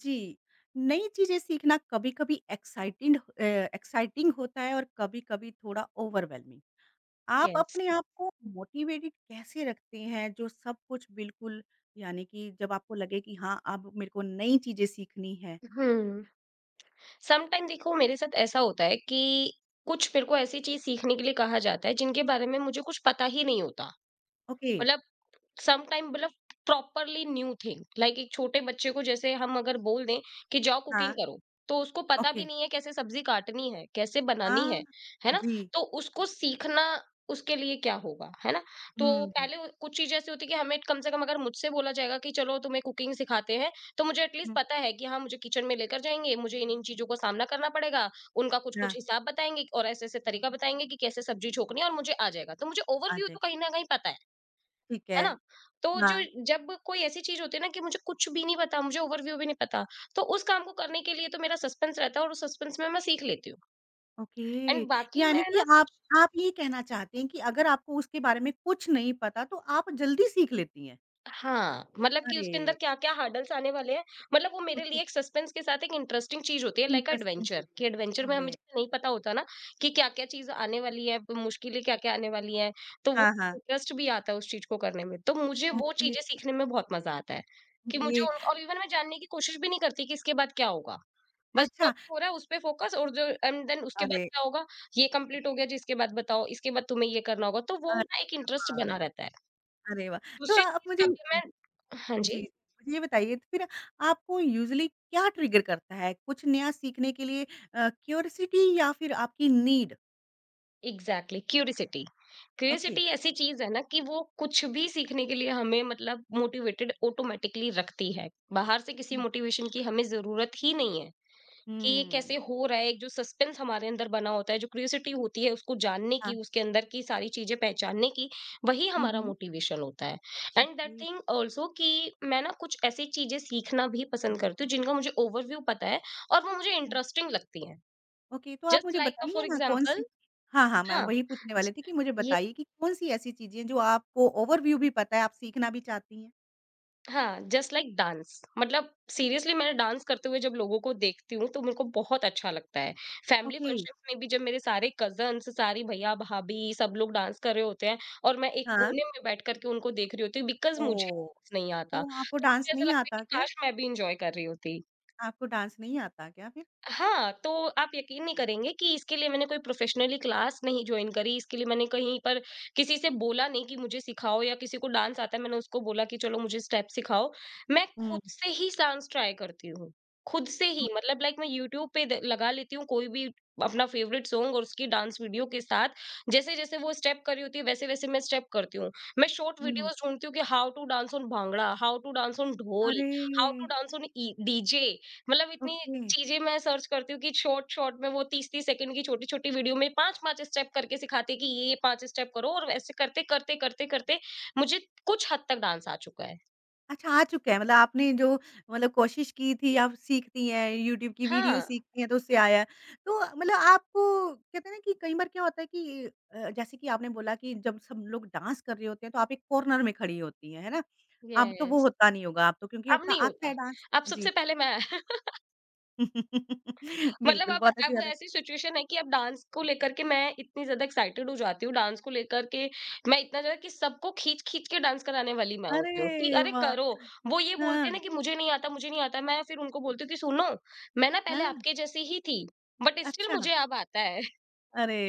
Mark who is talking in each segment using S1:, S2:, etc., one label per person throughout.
S1: जी, नई चीज़ें सीखना कभी-कभी एक्साइटिंग होता है और कभी-कभी थोड़ा ओवरवेल्मिंग। आप
S2: यस।
S1: अपने आप को मोटिवेटेड कैसे रखते हैं जो सब कुछ बिल्कुल यानी कि जब आपको लगे कि हाँ, अब मेरे को नई चीज़ें सीखनी है।
S2: हम्म समटाइम देखो, मेरे साथ ऐसा होता है कि कुछ मेरे को ऐसी चीज सीखने के लिए कहा जाता है जिनके बारे में मुझे कुछ पता ही नहीं होता।
S1: ओके,
S2: मतलब, सम टाइम मतलब, प्रॉपरली न्यू थिंग। लाइक एक छोटे बच्चे को जैसे हम अगर बोल दें कि जाओ कुकिंग
S1: हाँ,
S2: करो, तो उसको पता
S1: ओके,
S2: भी नहीं है कैसे सब्जी काटनी है, कैसे बनानी
S1: हाँ,
S2: है। है ना?
S1: जी,
S2: तो उसको सीखना, उसके लिए क्या होगा, है ना? तो
S1: हुँ, हुँ,
S2: पहले कुछ चीजें ऐसी होती है कि हमें कम से कम, अगर मुझसे बोला जाएगा कि चलो तुम्हें कुकिंग सिखाते हैं, तो मुझे एटलीस्ट
S1: हुँ,
S2: पता है कि हाँ, मुझे किचन में लेकर जाएंगे, मुझे इन इन चीजों को सामना करना पड़ेगा। उनका कुछ
S1: हाँ,
S2: कुछ हिसाब बताएंगे और ऐसे ऐसे तरीका बताएंगे कि कैसे सब्जी छोकनी है और मुझे आ जाएगा, तो मुझे
S1: आ
S2: ओवरव्यू
S1: जाए,
S2: तो कहीं ना कहीं पता है।
S1: ठीक है,
S2: है ना? तो जो
S1: हाँ,
S2: जब कोई ऐसी चीज़ होती है ना कि मुझे कुछ भी नहीं पता, मुझे ओवरव्यू भी नहीं पता, तो उस काम को करने के लिए तो मेरा सस्पेंस रहता है और उस सस्पेंस में मैं सीख लेती हूँ।
S1: ओके।
S2: एंड बाकी
S1: यानी
S2: मैं
S1: कि
S2: ना
S1: आप
S2: कुछ।
S1: आप ये कहना चाहते हैं कि अगर आपको उसके बारे में कुछ नहीं पता तो आप जल्दी सीख लेती हैं?
S2: हाँ, मतलब कि उसके अंदर
S1: अरे!
S2: क्या-क्या हर्डल्स आने वाले हैं, मतलब वो मेरे
S1: ओके,
S2: लिए एक सस्पेंस के साथ एक इंटरेस्टिंग चीज़ होती है, लाइक
S1: इंटरेस्टिंग
S2: एडवेंचर,
S1: चीज़ है।
S2: कि एडवेंचर में हमें
S1: अरे!
S2: जैसे नहीं पता होता ना कि क्या-क्या चीज़ आने वाली है, मुश्किलें क्या-क्या आने वाली हैं, तो वो
S1: हाँ, हाँ।
S2: इंटरेस्ट भी आता है उस चीज़ को करने में। तो मुझे वो
S1: ओके,
S2: चीज़ें सीखने में बहुत मज़ा आता है, कि
S1: ओके।
S2: मुझे उन और इवन मैं जानने की कोशिश भी नहीं करती कि इसके बाद क्या होगा। बस जो
S1: अच्छा,
S2: अभी हो रहा है उस पे फोकस, और जो एंड देन उसके बाद
S1: अरे!
S2: क्या होगा, ये कंप्लीट हो गया जी, इसके बाद बताओ, इसके बाद तुम्हें ये करना होगा, तो वो
S1: अरे
S2: ना एक इंटरेस्ट
S1: वाह!
S2: बना रहता है।
S1: अरे वाह! तो
S2: दूसरी
S1: आप
S2: चीज़
S1: मुझे
S2: कभी मैं। हाँ
S1: जी,
S2: जी।
S1: मुझे ये बताइए तो फिर आपको यूज़ुअली क्या ट्रिगर करता है? कुछ नया सीखने के लिए क्यूरियोसिटी या फिर आपकी need?
S2: Exactly curiosity.
S1: Okay.
S2: Curiosity ऐसी चीज़ है ना कि वो कुछ भी सीखने के लिए हमें, मतलब, मोटिवेटेड ऑटोमैटिकली रखती है। बाहर से किसी
S1: हुँ।
S2: मोटिवेशन की हमें ज़रूरत ही नहीं है। कि ये
S1: हुँ।
S2: कैसे हो रहा है, एक जो सस्पेंस हमारे अंदर बना होता है, जो क्यूरियोसिटी होती है उसको जानने की,
S1: हाँ।
S2: उसके अंदर की सारी चीजें पहचानने की, वही
S1: हुँ,
S2: हमारा
S1: हुँ।
S2: मोटिवेशन होता है। And that
S1: okay.
S2: Thing also, कि मैं ना कुछ ऐसी चीजें सीखना भी पसंद करती हूँ जिनका मुझे ओवरव्यू पता है और वो मुझे
S1: हाँ,
S2: इंटरेस्टिंग लगती हैं,
S1: ओके तो आप
S2: जस्ट
S1: मुझे
S2: लाइक
S1: बताइए
S2: फॉर
S1: ना
S2: एग्जाम्पल।
S1: कौन-सी हाँ, हाँ, मैं
S2: हाँ।
S1: वही पूछने वाली थी कि मुझे बताइए कि कौन-सी ऐसी चीज़ें हैं जो आपको ओवरव्यू भी पता है, आप सीखना भी चाहती हैं?
S2: हाँ, जस्ट लाइक डांस। मतलब सीरियसली, मैंने डांस करते हुए जब लोगों को देखती हूँ, तो मेरे को बहुत अच्छा लगता है। फैमिली
S1: ओके,
S2: फंक्शन्स में भी जब मेरे सारे कज़न्स, सारी भैया-भाभी सब लोग डांस कर रहे होते हैं और मैं एक
S1: हाँ।
S2: कोने में बैठ कर के उनको देख रही होती हूँ बिकॉज़ मुझे
S1: ओह!
S2: डांस नहीं
S1: तो
S2: आता।
S1: आपको
S2: तो
S1: डांस
S2: मुझे ऐसा
S1: नहीं
S2: लगता है
S1: आता
S2: कि
S1: क्या?
S2: काश मैं भी एन्जॉय कर रही होती।
S1: आपको डांस नहीं आता क्या फिर?
S2: हाँ, तो आप यकीन नहीं करेंगे कि इसके लिए मैंने कोई प्रोफ़ेशनली क्लास नहीं जॉइन करी, इसके लिए मैंने कहीं पर किसी से बोला नहीं कि मुझे सिखाओ, या किसी को डांस आता है, मैंने उसको बोला कि चलो मुझे स्टेप सिखाओ। मैं
S1: हुँ।
S2: खुद से ही डांस ट्राई करती हूँ, खुद से ही, मतलब लाइक मैं यूट्यूब पे द लगा लेती हूँ कोई भी अपना फ़ेवरेट सॉन्ग और उसकी डांस वीडियो के साथ, जैसे-जैसे वो स्टेप कर रही होती है, वैसे-वैसे मैं स्टेप करती हूँ। मैं शॉर्ट
S1: हुँ।
S2: वीडियोज़ ढूँढती हूँ कि how to dance on bhangra, how to dance on dhol,
S1: अरे!
S2: How to dance on a DJ. मतलब इतनी
S1: ओके।
S2: चीज़ें मैं सर्च करती हूँ कि शॉर्ट-शॉर्ट में वो 30-30 सेकंड की छोटी-छोटी वीडियो में 5-5 स्टेप करके सिखाते हैं कि ये-ये 5 स्टेप करो, और ऐसे करते, करते, करते, करते मुझे कुछ हद तक डांस आ चुका है।
S1: अच्छा आ चुका है मतलब आपने जो मतलब कोशिश की थी आप सीखती हैं, यूट्यूब की वीडियो
S2: हाँ।
S1: सीखती हैं तो उससे आया है। तो मतलब आपको कहते हैं ना कि कई बार क्या होता है कि जैसे कि आपने बोला कि जब सब लोग डांस कर रहे होते हैं तो आप एक कॉर्नर में खड़ी होती हैं, है ना? अब तो वो
S2: यस।
S1: होता नहीं होगा, अब तो क्योंकि
S2: अब
S1: आपका
S2: नहीं
S1: आता
S2: होता।
S1: है डांस।
S2: अब
S1: जी।
S2: सबसे पहले मैं। मतलब
S1: बिल्कुल,
S2: अब
S1: बहुत अच्छी
S2: अब
S1: बात है।
S2: ऐसी सिचुएशन है कि अब डांस को लेकर के मैं इतनी ज़्यादा एक्साइटेड हो जाती हूँ, डांस को लेकर के मैं इतना ज़्यादा कि सबको खींच-खींच के डांस कराने वाली मैं होती हूँ कि
S1: अरे
S2: अरे
S1: वाह!
S2: करो। वो ये बोलते
S1: हाँ,
S2: हैं ना कि मुझे नहीं आता, मुझे नहीं आता। मैं फिर उनको बोलती हूँ कि सुनो, मैं ना पहले
S1: हाँ,
S2: आपके जैसी ही थी, बट स्टिल
S1: अच्छा।
S2: मुझे अब आता है।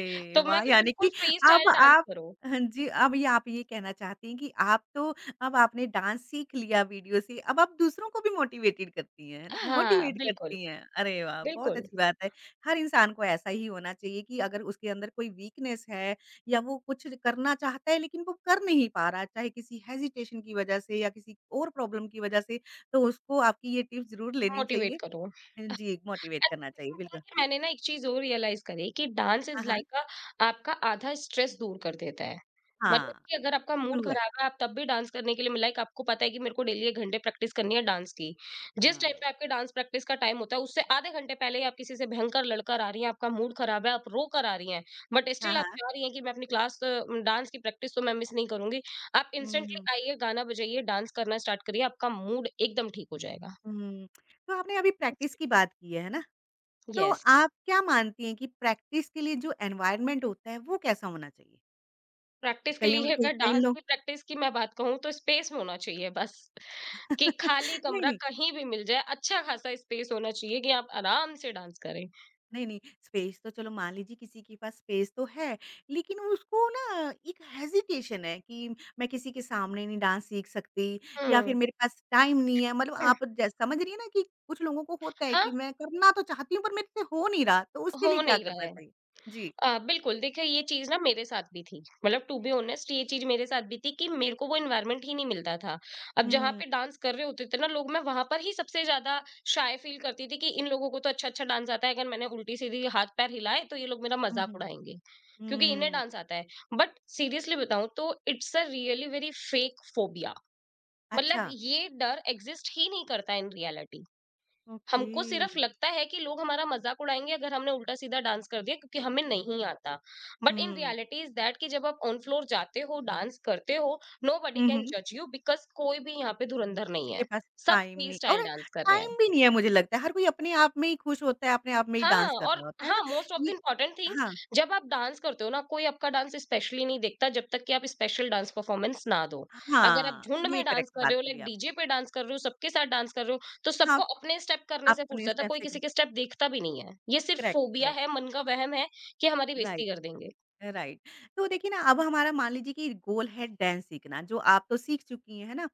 S2: तो मैं
S1: वाह!
S2: कि
S1: यानी कि
S2: बिल्कुल फ्री
S1: अब
S2: स्टाइल डांस
S1: आप
S2: करो।
S1: हाँ जी, अब ये आप ये कहना चाहती हैं कि आप तो अब आपने डांस सीख लिया वीडियो से, अब आप दूसरों को भी मोटिवेटेड करती हैं, है ना?
S2: हाँ,
S1: मोटिवेट
S2: बिल्कुल,
S1: करती हैं। अरे वाह! बहुत
S2: बिल्कुल।
S1: अच्छी बात है। हर इंसान को ऐसा ही होना चाहिए कि अगर उसके अंदर कोई वीकनेस है या वो कुछ करना चाहता है लेकिन वो कर नहीं पा रहा, चाहे किसी हेजिटेशन की वजह से या किसी और प्रॉब्लम की वजह से, तो उसको आपकी ये टिप्स ज़रूर लेनी
S2: मोटिवेट
S1: चाहिए।
S2: करो।
S1: जी, मोटिवेट करना चाहिए, बिल्कुल।
S2: मैंने ना एक चीज़ और रियलाइज़ करी कि डांस
S1: हाँ,
S2: इज़
S1: हाँ।
S2: लाइक अ, आपका आधा स्ट्रेस दूर कर देता है।
S1: हाँ,
S2: मतलब कि अगर आपका
S1: ट्रू
S2: मूड
S1: है।
S2: खराब है, आप तब भी डांस करने के लिए, लाइक आपको पता है कि मेरे को डेली 1 घंटे प्रैक्टिस करनी है डांस की। जिस
S1: हाँ।
S2: टाइम पे आपके डांस प्रैक्टिस का टाइम होता है, उससे आधे घंटे पहले ही आप किसी से भयंकर लड़कर आ रही हैं, आपका मूड खराब है, आप रो कर आ रही हैं, बट
S1: हाँ,
S2: स्टिल आप
S1: हाँ।
S2: चाह रही हैं कि मैं अपनी क्लास डांस की प्रैक्टिस तो मैं मिस नहीं करूँगी। आप
S1: हुँ,
S2: इंस्टेंटली
S1: हुँ,
S2: आइए, गाना बजाइए, डांस करना स्टार्ट करिए, आपका मूड एकदम ठीक हो जाएगा।
S1: हुँ। तो आपने अभी प्रैक्टिस की बात की है ना? तो
S2: येस।
S1: आप क्या मानती हैं कि प्रैक्टिस के लिए जो एनवायरनमेंट होता है, वो कैसा होना चाहिए?
S2: प्रैक्टिस के
S1: कहीं और
S2: लिए
S1: कहीं
S2: अगर
S1: कई
S2: डांस
S1: लोग
S2: की प्रैक्टिस की मैं बात कहूँ, तो स्पेस होना चाहिए, बस कि खाली
S1: नहीं,
S2: कमरा
S1: नहीं।
S2: कहीं भी मिल जाए, अच्छा खासा स्पेस होना चाहिए कि आप आराम से डांस करें।
S1: नहीं, नहीं, स्पेस तो चलो मान लीजिए किसी के पास स्पेस तो है, लेकिन उसको ना एक हेजिटेशन है कि मैं किसी के सामने नहीं डांस सीख सकती या फिर
S2: हुँ।
S1: मेरे पास टाइम नहीं है। मतलब आप जै समझ रही हैं ना कि कुछ लोगों को होता है
S2: हाँ,
S1: कि मैं करना तो चाहती हूँ पर मेरे से हो नहीं रहा, तो उसके लिए
S2: हो
S1: क्या
S2: नहीं रहा
S1: करना
S2: है।
S1: चाहिए? जी।
S2: बिल्कुल, देखिए ये चीज़ ना मेरे साथ भी थी। मतलब टू बी ऑनेस्ट, ये चीज़ मेरे साथ भी थी कि मेरे को वो एनवायरनमेंट ही नहीं मिलता था। अब जहाँ
S1: हुँ,
S2: पे डांस कर रहे होते थे ना लोग, मैं वहाँ पर ही सबसे ज़्यादा शाय फील करती थी कि इन लोगों को तो अच्छा-अच्छा डांस आता है, अगर मैंने उल्टी-सीधी हाथ-पैर हिलाए तो ये लोग मेरा
S1: हुँ,
S2: मज़ाक
S1: हुँ।
S2: उड़ाएँगे, क्योंकि इन्हें
S1: हुँ,
S2: डांस आता है। बट सीरियसली बताऊँ तो it's a really very fake phobia. मतलब
S1: अच्छा,
S2: ये डर एक्सिस्ट ही नहीं करता इन रियलिटी।
S1: ओके।
S2: हमको सिर्फ लगता है कि लोग हमारा मज़ाक उड़ाएँगे अगर हमने उल्टा-सीधा डांस कर दिया, क्योंकि हमें नहीं आता। बट इन
S1: हुँ।
S2: रियलिटी इज़ दैट कि जब आप ऑन फ्लोर जाते हो, डांस करते हो, नोबडी
S1: हुँ,
S2: कैन
S1: हुँ।
S2: जज यू, बिकॉज़ कोई भी यहाँ पे धुरंधर
S1: किसी
S2: नहीं
S1: के
S2: है।
S1: पास
S2: सब
S1: टाइम
S2: फ्री
S1: नहीं और
S2: स्टाइल डांस कर रहे
S1: टाइम
S2: हैं।
S1: भी नहीं है मुझे लगता है, हर कोई अपने आप में ही खुश होता है, अपने आप में ही
S2: हाँ,
S1: डांस कर
S2: और
S1: रहा होता है ना?
S2: हाँ, मोस्ट ऑफ द
S1: ये
S2: इम्पोर्टेंट थिंग,
S1: हाँ,
S2: जब आप डांस करते हो ना, कोई आपका डांस स्पेशली नहीं देखता जब तक कि आप स्पेशल डांस परफॉर्मेंस ना दो। अगर आप
S1: हाँ,
S2: झुंड
S1: ये
S2: में
S1: करेक्ट
S2: डांस कर
S1: बात
S2: रहे हो,
S1: बोली
S2: लाइक डीजे
S1: आपने।
S2: पे डांस कर रहे हो, सबके साथ डांस कर रहे हो, तो
S1: हाँ,
S2: सबको अपने स्टेप करने से
S1: अपने
S2: फुर्सत है,
S1: स्टेप
S2: कोई
S1: से
S2: किसी के स्टेप देखता भी नहीं है। ये सिर्फ
S1: करेक्ट,
S2: फोबिया
S1: करेक्ट,
S2: है, मन का वहम है कि हमारी
S1: राइट,
S2: बेइज्जती कर देंगे।
S1: राइट। तो देखिए ना अब हमारा मान लीजिए कि गोल है डांस सीखना, जो आप तो सीख चुकी हैं, है ना?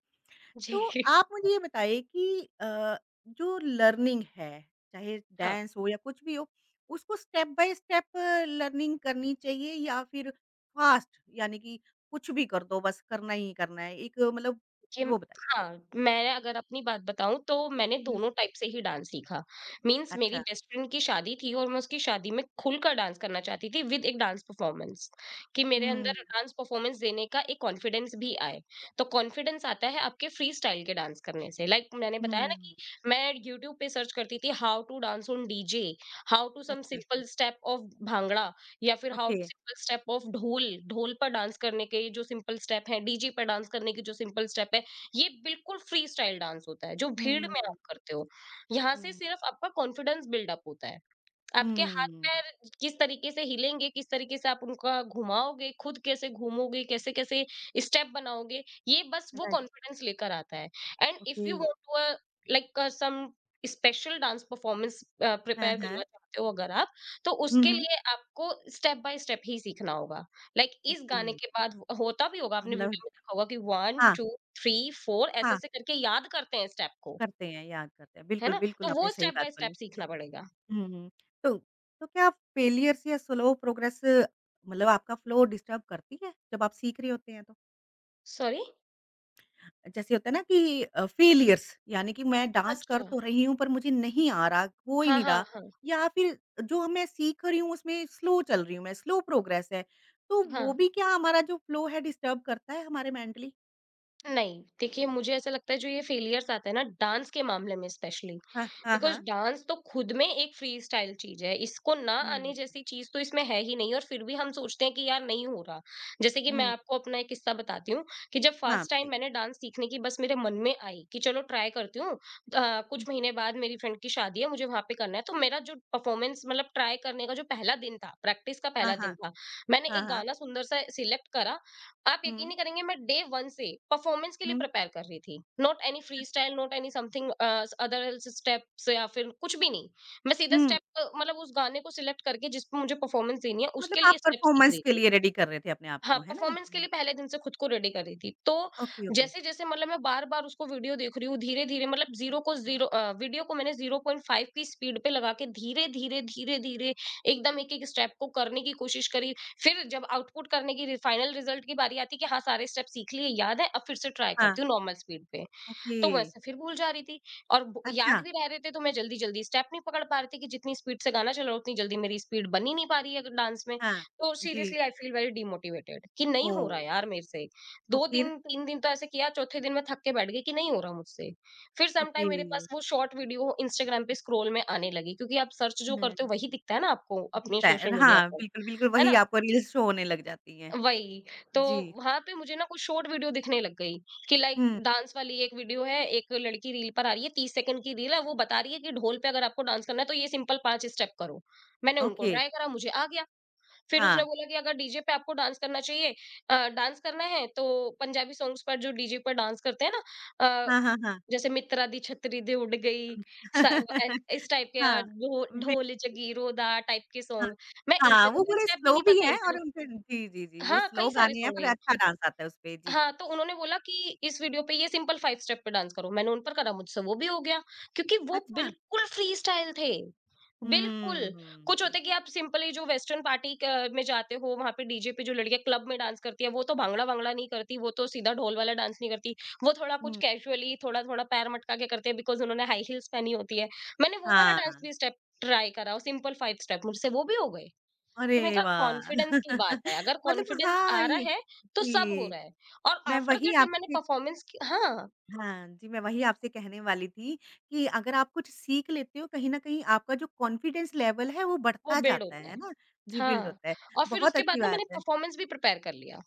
S2: जी।
S1: तो आप मुझे ये बताइए कि जो लर्निंग है, चाहे
S2: हाँ,
S1: डांस हो या कुछ भी हो, उसको स्टेप बाय स्टेप लर्निंग करनी चाहिए या फिर फास्ट यानी कि कुछ भी कर दो बस करना ही करना है। एक मतलब
S2: कि
S1: वो बताइए?
S2: हाँ, मैं अगर अपनी बात बताऊँ तो मैंने
S1: हुँ,
S2: दोनों टाइप से ही डांस सीखा। मीन्स मेरी
S1: अच्छा।
S2: बेस्ट फ्रेंड की शादी थी और मैं उसकी शादी में खुलकर डांस करना चाहती थी विद एक डांस परफॉर्मेंस, कि मेरे
S1: हुँ,
S2: अंदर डांस परफॉर्मेंस देने का एक कॉन्फिडेंस भी आए। तो कॉन्फिडेंस आता है आपके फ्री स्टाइल के डांस करने से। लाइक मैंने बताया ना
S1: हुँ,
S2: कि मैं यूट्यूब पे सर्च करती थी how to dance on DJ, how to some
S1: अच्छा,
S2: सिंपल स्टेप ऑफ भांगड़ा, या फिर how
S1: okay.
S2: To simple step of dhol. ढोल पर डांस करने के जो सिंपल स्टेप हैं, डीजे पर डांस करने के जो सिंपल स्टेप है। ये बिल्कुल फ्री स्टाइल डांस होता है जो भीड़
S1: हुँ,
S2: में आप करते हो। यहाँ से
S1: हुँ,
S2: सिर्फ आपका कॉन्फिडेंस बिल्डअप होता है। आपके
S1: हुँ,
S2: हाथ-पैर किस तरीके से हिलेंगे, किस तरीके से आप उनका घुमाओगे, खुद कैसे घूमोगे, कैसे-कैसे स्टेप बनाओगे, ये बस वो
S1: राइट,
S2: कॉन्फिडेंस लेकर आता है। And if
S1: okay.
S2: You want to like some special dance performance
S1: हाँ,
S2: प्रिपेयर
S1: हाँ।
S2: करना चाहते हो अगर आप, तो
S1: हुँ,
S2: उसके
S1: हुँ,
S2: लिए आपको स्टेप बाय स्टेप ही सीखना होगा। लाइक इस
S1: ओके।
S2: गाने के बाद होता भी होगा,
S1: अ,
S2: आपने
S1: मतलब
S2: वीडियो में देखा होगा कि 1
S1: हाँ,
S2: 2 3 4
S1: हाँ,
S2: ऐसे-ऐसे करके याद करते हैं स्टेप को,
S1: करते हैं, याद करते हैं।
S2: है
S1: बिल्कुल,
S2: ना?
S1: बिल्कुल
S2: तो वो
S1: आपने सही
S2: स्टेप
S1: बात
S2: बाय स्टेप
S1: बोली।
S2: सीखना पड़ेगा।
S1: हुँ। तो तो क्या फेलियर्स या स्लो प्रोग्रेस मतलब आपका फ्लो डिस्टर्ब करती है, जब आप सीख रहे होते हैं तो?
S2: सॉरी?
S1: जैसे होता है ना कि फेलियर्स यानी कि मैं डांस कर
S2: अच्छा।
S1: तो रही हूँ पर मुझे नहीं आ रहा, हो ही
S2: हाँ,
S1: नहीं
S2: हाँ,
S1: रहा
S2: हाँ,
S1: या फिर जो मैं सीख रही हूँ उसमें स्लो चल रही हूँ मैं, स्लो प्रोग्रेस है। तो
S2: हाँ।
S1: वो भी क्या हमारा जो फ्लो है डिस्टर्ब करता है हमारे मेंटली?
S2: नहीं, देखिए मुझे ऐसा लगता है जो ये फेलियर्स आते हैं ना डांस के मामले में स्पेशली
S1: हाँ, हाँ,
S2: बिकॉज़
S1: हाँ।
S2: डांस तो खुद में एक फ्री स्टाइल चीज़ है। इसको ना आने
S1: हुँ,
S2: जैसी चीज़ तो इसमें है ही नहीं और फिर भी हम सोचते हैं कि यार नहीं हो रहा। जैसे कि मैं
S1: हुँ।
S2: आपको अपना एक किस्सा बताती हूँ कि जब
S1: हाँ,
S2: फर्स्ट टाइम
S1: बताइए।
S2: मैंने डांस सीखने की बस मेरे मन में आई कि चलो ट्राई करती हूँ।
S1: हुँ।
S2: कुछ महीने बाद मेरी फ्रेंड की शादी है, मुझे वहाँ पे करना है। तो मेरा जो परफॉर्मेंस मतलब ट्राई करने का जो पहला दिन था, प्रैक्टिस का
S1: हाँ,
S2: पहला दिन
S1: हाँ।
S2: था, मैंने
S1: हाँ,
S2: एक
S1: हाँ।
S2: गाना सुंदर-सा सिलेक्ट करा। आप यकीन
S1: हुँ,
S2: नहीं करेंगे, मैं डे वन से परफॉर्मेंस के लिए
S1: हुँ।
S2: प्रिपेयर कर रही थी, नॉट एनी
S1: हुँ।
S2: Free style, not any something other steps या फिर कुछ भी नहीं। मैं सीधा
S1: हुँ।
S2: स्टेप मतलब उस गाने को सिलेक्ट करके जिस पे मुझे परफॉर्मेंस देनी है
S1: मतलब
S2: उसके लिए
S1: आप
S2: स्टेप सीख
S1: परफ़ॉर्मेंस
S2: रही
S1: के
S2: थी।
S1: लिए रेडी कर रहे थे अपने आप
S2: हाँ,
S1: को, है ना?
S2: परफॉर्मेंस के
S1: हुँ।
S2: लिए पहले दिन से खुद को रेडी कर रही थी। तो
S1: ओके, ओके।
S2: जैसे-जैसे मतलब मैं बार-बार उसको वीडियो देख रही हूँ, धीरे-धीरे, मतलब ज़ीरो को ज़ीरो अ, वीडियो को मैंने 0.5 की स्पीड पे लगा के धीरे-धीरे, धीरे-धीरे, एकदम एक-एक स्टेप को करने की कोशिश करी। फिर जब आउटपुट करने की रि फाइनल रिजल्ट की बारी आती है कि हाँ, सारे स्टेप सीख लिए, याद है, अब फिर से ट्राई
S1: हाँ,
S2: करती हूँ नॉर्मल स्पीड पे।
S1: ओके।
S2: तो वैसे फिर भूल जा रही थी और ब याद
S1: अच्छा,
S2: भी रह रहे थे तो मैं जल्दी-जल्दी स्टेप नहीं पकड़ पा रही थी कि जितनी स्पीड से गाना चल रहा है उतनी जल्दी मेरी स्पीड बन ही नहीं पा रही है डांस में।
S1: हाँ,
S2: तो
S1: जी।
S2: Seriously I feel very demotivated कि नहीं हो
S1: ओह!
S2: रहा यार मेरे से।
S1: तो
S2: 2
S1: फिर?
S2: दिन 3 दिन तो ऐसे किया, चौथे दिन मैं थक के बैठ गई कि नहीं हो रहा मुझसे। फिर सम
S1: ओके।
S2: टाइम मेरे पास वो शॉर्ट वीडियो इंस्टाग्राम पे स्क्रॉल में आने लगी क्योंकि आप सर्च जो करते हो
S1: हुँ,
S2: वही दिखता है ना आपको अपने
S1: दिखता है
S2: सोशल मीडिया
S1: हाँ,
S2: पर,
S1: बिल्कुल, बिल्कुल
S2: है
S1: वही
S2: ना?
S1: आपको रील्स शो होने लग जाती हैं।
S2: वही, तो
S1: जी।
S2: वहाँ पे मुझे ना कुछ शॉर्ट वीडियो दिखने लग गई कि लाइक
S1: हुँ,
S2: डांस वाली एक वीडियो है, एक लड़की रील पर आ रही है, 30 सेकंड की रील है, वो बता रही है कि ढोल पे अगर आपको डांस करना है तो ये सिंपल 5 स्टेप करो। मैंने उनको
S1: ओके।
S2: ट्राई करा, मुझे आ गया। फिर उसने
S1: हाँ।
S2: बोला कि अगर डीजे पे आपको डांस करना चाहिए डांस करना है तो पंजाबी सॉन्ग्स पर जो डीजे पर डांस करते हैं ना। अ,
S1: हाँ, हाँ, हाँ।
S2: जैसे मित्रा दी छतरी दे उड़ गई। स ए इस टाइप के, अ,
S1: हाँ,
S2: ढो
S1: बि
S2: ढोल जगीरो दा टाइप के
S1: हाँ,
S2: सॉन्ग। मैं इन
S1: हाँ,
S2: पे तो
S1: वो
S2: कोई
S1: थोड़े
S2: स्टेप भी
S1: स्लो
S2: नहीं
S1: भी
S2: पता,
S1: हैं
S2: इन पे
S1: और
S2: तो
S1: उनपे जी, जी, जी, वो
S2: हाँ,
S1: स्लो
S2: कई सारे
S1: गाने हैं
S2: सॉन्ग है
S1: पर
S2: ये।
S1: अच्छा डांस आता है उसपे, जी।
S2: हाँ, तो उन्होंने बोला कि इस वीडियो पे ये सिंपल 5 स्टेप पे डांस करो। मैंने उन पर करा, मुझसे वो भी हो गया क्योंकि वो
S1: अच्छा।
S2: बिल्कुल फ्री स्टाइल थे, बिल्कुल।
S1: हुँ, हुँ,
S2: कुछ
S1: हुँ।
S2: होते हैं कि आप सिंपली जो वेस्टर्न पार्टी क में जाते हो, वहाँ पे डीजे पे जो लड़कियाँ क्लब में डांस करती हैं, वो तो भांगड़ा-वांगड़ा नहीं करती, वो तो सीधा ढोल वाला डांस नहीं करती। वो थोड़ा कुछ
S1: हुँ,
S2: कैजुअली, थोड़ा-थोड़ा पैर मटका के करते हैं बिकॉज़ उन्होंने हाई हील्स पहनी होती है। मैंने वो वाला
S1: हाँ।
S2: डांस भी स्टेप ट्राई करा और सिंपल 5 स्टेप, मुझसे वो भी हो गए। तो मैंने
S1: अरे
S2: कहा
S1: वाह!
S2: कॉन्फिडेंस की बात है, अगर
S1: मतलब
S2: कॉन्फिडेंस
S1: हाँ,
S2: आ रहा
S1: ये
S2: है, तो सब हो
S1: जी,
S2: रहा है और
S1: मैं
S2: आफ्टर
S1: वही
S2: दैट जब मैंने
S1: आपसे
S2: परफॉर्मेंस की। हाँ,
S1: हाँ जी, मैं वही आपसे कहने वाली थी कि अगर आप कुछ सीख लेते हो, कहीं न कहीं आपका जो कॉन्फिडेंस लेवल है, वो
S2: वो
S1: बढ़ता
S2: बिल्ड
S1: जाता
S2: होता
S1: है
S2: है।
S1: ना? जी, बिल्ड
S2: हाँ,
S1: होता है।
S2: और फिर
S1: बहुत
S2: उसके
S1: अच्छी
S2: बाद ना
S1: बात
S2: मैंने
S1: है।
S2: परफॉर्मेंस भी प्रिपेयर कर लिया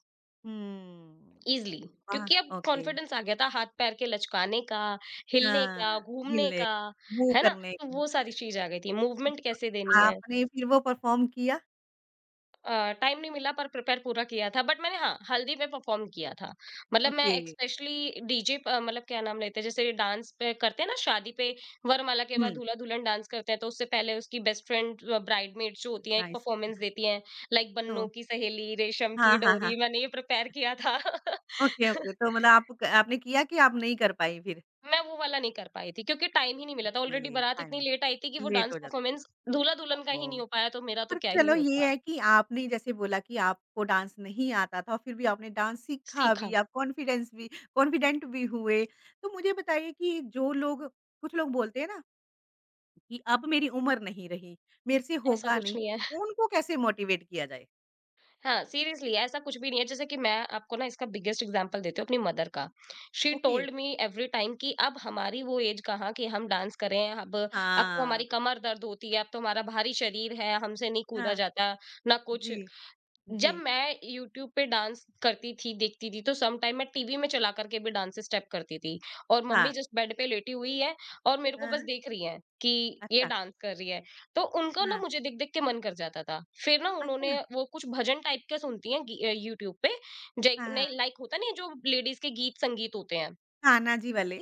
S1: हुँ,
S2: ईज़िली,
S1: वाह!
S2: क्योंकि अब
S1: ओके।
S2: कॉन्फिडेंस आ गया था हाथ-पैर के लचकाने का, हिलने
S1: हाँ,
S2: का, घूमने
S1: हिले,
S2: का,
S1: मूव
S2: है ना?
S1: करने
S2: तो
S1: का।
S2: वो सारी चीज़ आ गई थी,
S1: जी,
S2: मूवमेंट कैसे
S1: तो
S2: देनी है।
S1: आपने फिर वो परफ़ॉर्म किया?
S2: टाइम नहीं मिला पर प्रिपेयर पूरा किया था, बट मैंने हाँ, हल्दी पे परफॉर्म किया था। मतलब
S1: ओके।
S2: मैं स्पेशली डीजे प मतलब क्या नाम लेते हैं, जैसे डांस पे करते हैं ना शादी पे वरमाला के बाद
S1: हुँ,
S2: दूल्हा-दुल्हन डांस करते हैं तो उससे पहले उसकी बेस्ट फ्रेंड, ब्राइडमेड जो होती हैं एक
S1: नाइस।
S2: परफॉर्मेंस देती हैं। लाइक
S1: तो
S2: बन्नों की सहेली, रेशम
S1: हाँ,
S2: की
S1: हाँ, हाँ।
S2: डोरी मैंने ये प्रिपेयर किया था।
S1: Okay, okay. तो मतलब आप आपने किया कि आप नहीं कर पाई फिर?
S2: मैं वो वाला नहीं कर पाई थी क्योंकि टाइम ही नहीं मिला था। ऑलरेडी
S1: ओके,
S2: बारात
S1: टाइम
S2: इतनी लेट आई थी कि वो
S1: लेट
S2: डांस
S1: हो जाती है।
S2: परफॉर्मेंस दूल्हा-दुल्हन का ही नहीं
S1: ओहो!
S2: हो पाया तो मेरा तो
S1: पर
S2: क्या ही
S1: चलो ये
S2: होता।
S1: है कि आपने जैसे बोला कि आपको डांस नहीं आता था और फिर भी आपने डांस सीखा
S2: सीखा,
S1: भी, आप कॉन्फिडेंस भी कॉन्फिडेंट भी हुए। तो मुझे बताइए कि जो लोग कुछ लोग बोलते हैं ना कि अब मेरी उम्र नहीं रही, मेरे से
S2: ऐसा
S1: होगा
S2: कुछ
S1: नहीं,
S2: नहीं है।
S1: उनको कैसे मोटिवेट किया जाए?
S2: हाँ, सीरियसली ऐसा कुछ भी नहीं है। जैसे कि मैं आपको ना इसका बिगेस्ट एग्जांपल देती हूँ अपनी मदर का। She
S1: okay.
S2: Told me every time कि अब हमारी वो एज कहाँ कि हम डांस करें, अब तो हमारी
S1: हाँ,
S2: कमर दर्द होती है, अब तो हमारा भारी शरीर है, हमसे नहीं कूदा
S1: हाँ।
S2: जाता, ना कुछ।
S1: जी,
S2: जब
S1: जी।
S2: मैं यूट्यूब पे डांस करती थी देखती थी तो सम टाइम मैं टीवी में चला करके भी डांस स्टेप करती थी और
S1: हाँ।
S2: मम्मी जस्ट बेड पे लेटी हुई है और मेरे को
S1: हाँ,
S2: बस देख रही है कि ये
S1: अच्छा।
S2: डांस कर रही है। तो उनका ना
S1: हाँ,
S2: मुझे देख देख के मन कर जाता था, फिर ना
S1: अच्छा।
S2: उन्होंने वो कुछ भजन टाइप के सुनती हैं यूट्यूब पे।
S1: हाँ, हाँ।
S2: नहीं, लाइक होता नहीं है, जो लेडीज के गीत संगीत होते हैं
S1: कान्हा जी वाले?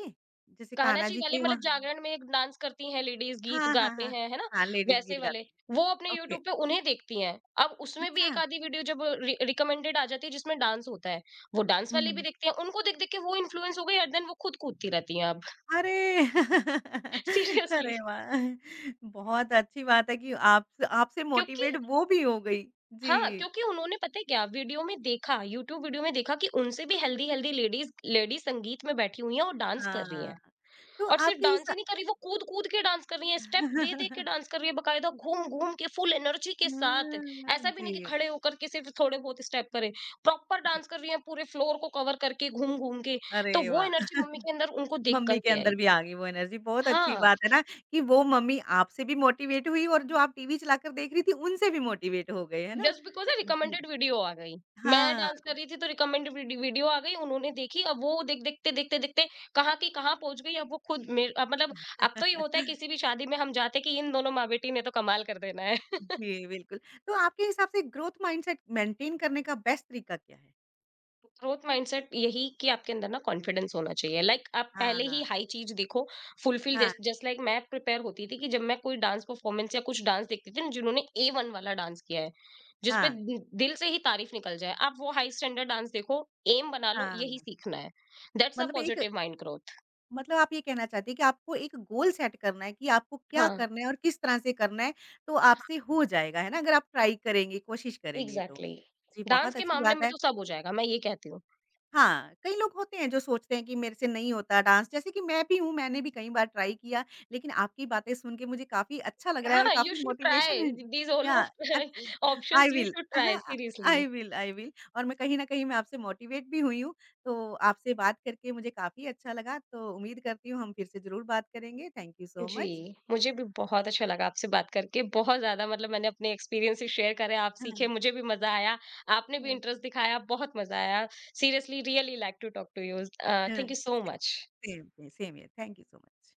S1: जैसे
S2: कान्हा
S1: कान्हा
S2: जी
S1: जी
S2: वाले,
S1: के
S2: मतलब
S1: वहाँ
S2: जागरण में डांस करती हैं लेडीज, गीत
S1: हाँ, हाँ,
S2: गाते
S1: हाँ।
S2: हैं, है ना?
S1: हाँ, लेडीज़
S2: वैसे
S1: गीत
S2: वाले,
S1: गाते
S2: वो अपने
S1: ओके,
S2: यूट्यूब पे उन्हें देखती हैं। अब उसमें भी एक
S1: अच्छा।
S2: आधी वीडियो जब रि रिकमेंडेड आ जाती है जिसमें डांस होता है, वो डांस
S1: हुँ,
S2: वाली भी
S1: हुँ।
S2: देखती हैं। उनको देख-देख के वो इन्फ्लुएंस हो गई एंड देन वो खुद कूदती रहती हैं अब।
S1: अरे!
S2: सीरियसली,
S1: अरे वाह! बहुत अच्छी बात है कि आप आपसे
S2: क्योंकि
S1: मोटिवेट वो भी हो गई। जी,
S2: हाँ, क्योंकि उन्होंने पता है क्या वीडियो में देखा, यूट्यूब वीडियो में देखा कि उनसे भी हेल्दी-हेल्दी लेडीज लेडीज संगीत में बैठी हुई हैं और डांस कर रही
S1: हाँ।
S2: हैं।
S1: तो
S2: और सिर्फ
S1: आपके
S2: डांस
S1: हिसा
S2: ही नहीं कर रही, वो कूद कूद के डांस कर रही है, स्टेप दे दे के डांस कर रही है, बकायदा घूम घूम के फुल एनर्जी के साथ।
S1: हाँ,
S2: ऐसा भी नहीं कि
S1: जी,
S2: खड़े होकर के सिर्फ थोड़े बहुत स्टेप करे, प्रॉपर
S1: जी।
S2: डांस कर रही है पूरे फ्लोर को कवर करके घूम घूम के।
S1: अरे
S2: तो वो
S1: वाह!
S2: एनर्जी मम्मी के अंदर उनको देख
S1: मम्मी के
S2: करके
S1: अंदर
S2: आई।
S1: भी आ गई वो एनर्जी, बहुत अच्छी
S2: हाँ,
S1: बात है ना कि वो मम्मी आपसे भी मोटिवेट हुई और जो आप टीवी चलाकर देख रही थी, उनसे भी मोटिवेट हो गए, है ना?
S2: जस्ट बिकॉज
S1: जी,
S2: रिकमेंडेड वीडियो आ गई, मैं
S1: हाँ।
S2: डांस कर रही थी तो रिकमेंडेड वीडियो आ गई, उन्होंने देखी, अब वो देखते देखते कहाँ की कहाँ पहुंच गई। अब वो खुद मेरे अब मतलब अब तो ये होता है किसी भी शादी में हम जाते कि इन दोनों माँ बेटी ने तो कमाल कर देना है।
S1: जी, बिल्कुल। तो आपके हिसाब से ग्रोथ माइंडसेट मेंटेन करने का बेस्ट तरीका क्या है?
S2: ग्रोथ माइंडसेट यही कि आपके अंदर ना कॉन्फिडेंस होना चाहिए। आप पहले ही
S1: हाँ,
S2: हाई चीज देखो, फुलफिल,
S1: हाँ,
S2: जस्ट लाइक मैं प्रिपेयर होती थी कि जब मैं कोई डांस परफॉर्मेंस या कुछ डांस देखती थी ना जिन्होंने ए वन वाला डांस किया है,
S1: हाँ,
S2: दिल से ही तारीफ निकल जाए, आप वो हाई स्टैंडर्ड डांस देखो, एम बना लो
S1: हाँ।
S2: यही सीखना है। दैट्स अ
S1: मतलब एक
S2: पॉजिटिव माइंड ग्रोथ।
S1: मतलब आप ये कहना चाहती हैं कि आपको एक गोल सेट करना है कि आपको क्या
S2: हाँ,
S1: करना है और किस तरह से करना है, तो आपसे हो जाएगा, है ना? अगर आप ट्राई करेंगी, कोशिश करेंगी तो।
S2: एग्जैक्टली
S1: जी,
S2: exactly. डांस
S1: बहुत
S2: के
S1: अच्छी
S2: मामले
S1: बात
S2: में
S1: है।
S2: तो सब हो जाएगा मैं ये कहती हूँ।
S1: हाँ, कई लोग होते हैं जो सोचते हैं कि मेरे से नहीं होता डांस, जैसे कि मैं भी हूँ, मैंने भी कई बार ट्राई किया, लेकिन आपकी बातें सुन के मुझे काफ़ी अच्छा लग रहा है और
S2: हाँ, यू
S1: काफ़ी
S2: शुड
S1: मोटिवेशन है
S2: ट्राई। दीज ऑल
S1: या
S2: of
S1: abs I
S2: options you
S1: will
S2: should try
S1: हाँ,
S2: seriously.
S1: I will I will और मैं कहीं न कहीं मैं आपसे मोटिवेट भी हुई हूँ, तो आपसे बात करके मुझे काफ़ी अच्छा लगा, तो उम्मीद करती हूँ हम फिर से ज़रूर बात करेंगे, थैंक यू सो
S2: जी,
S1: मच।
S2: मुझे भी बहुत अच्छा लगा आपसे बात करके। बहुत ज़्यादा, मतलब मैंने अपने एक्सपीरियंसेस शेयर करे, आप सीखे,
S1: हाँ,
S2: मुझे भी मज़ा आया, आपने भी
S1: हाँ,
S2: इंटरेस्ट दिखाया, बहुत मज़ा आया। Seriously, really like to talk to you.
S1: हाँ,
S2: thank you so much.
S1: Same same here, thank you so much.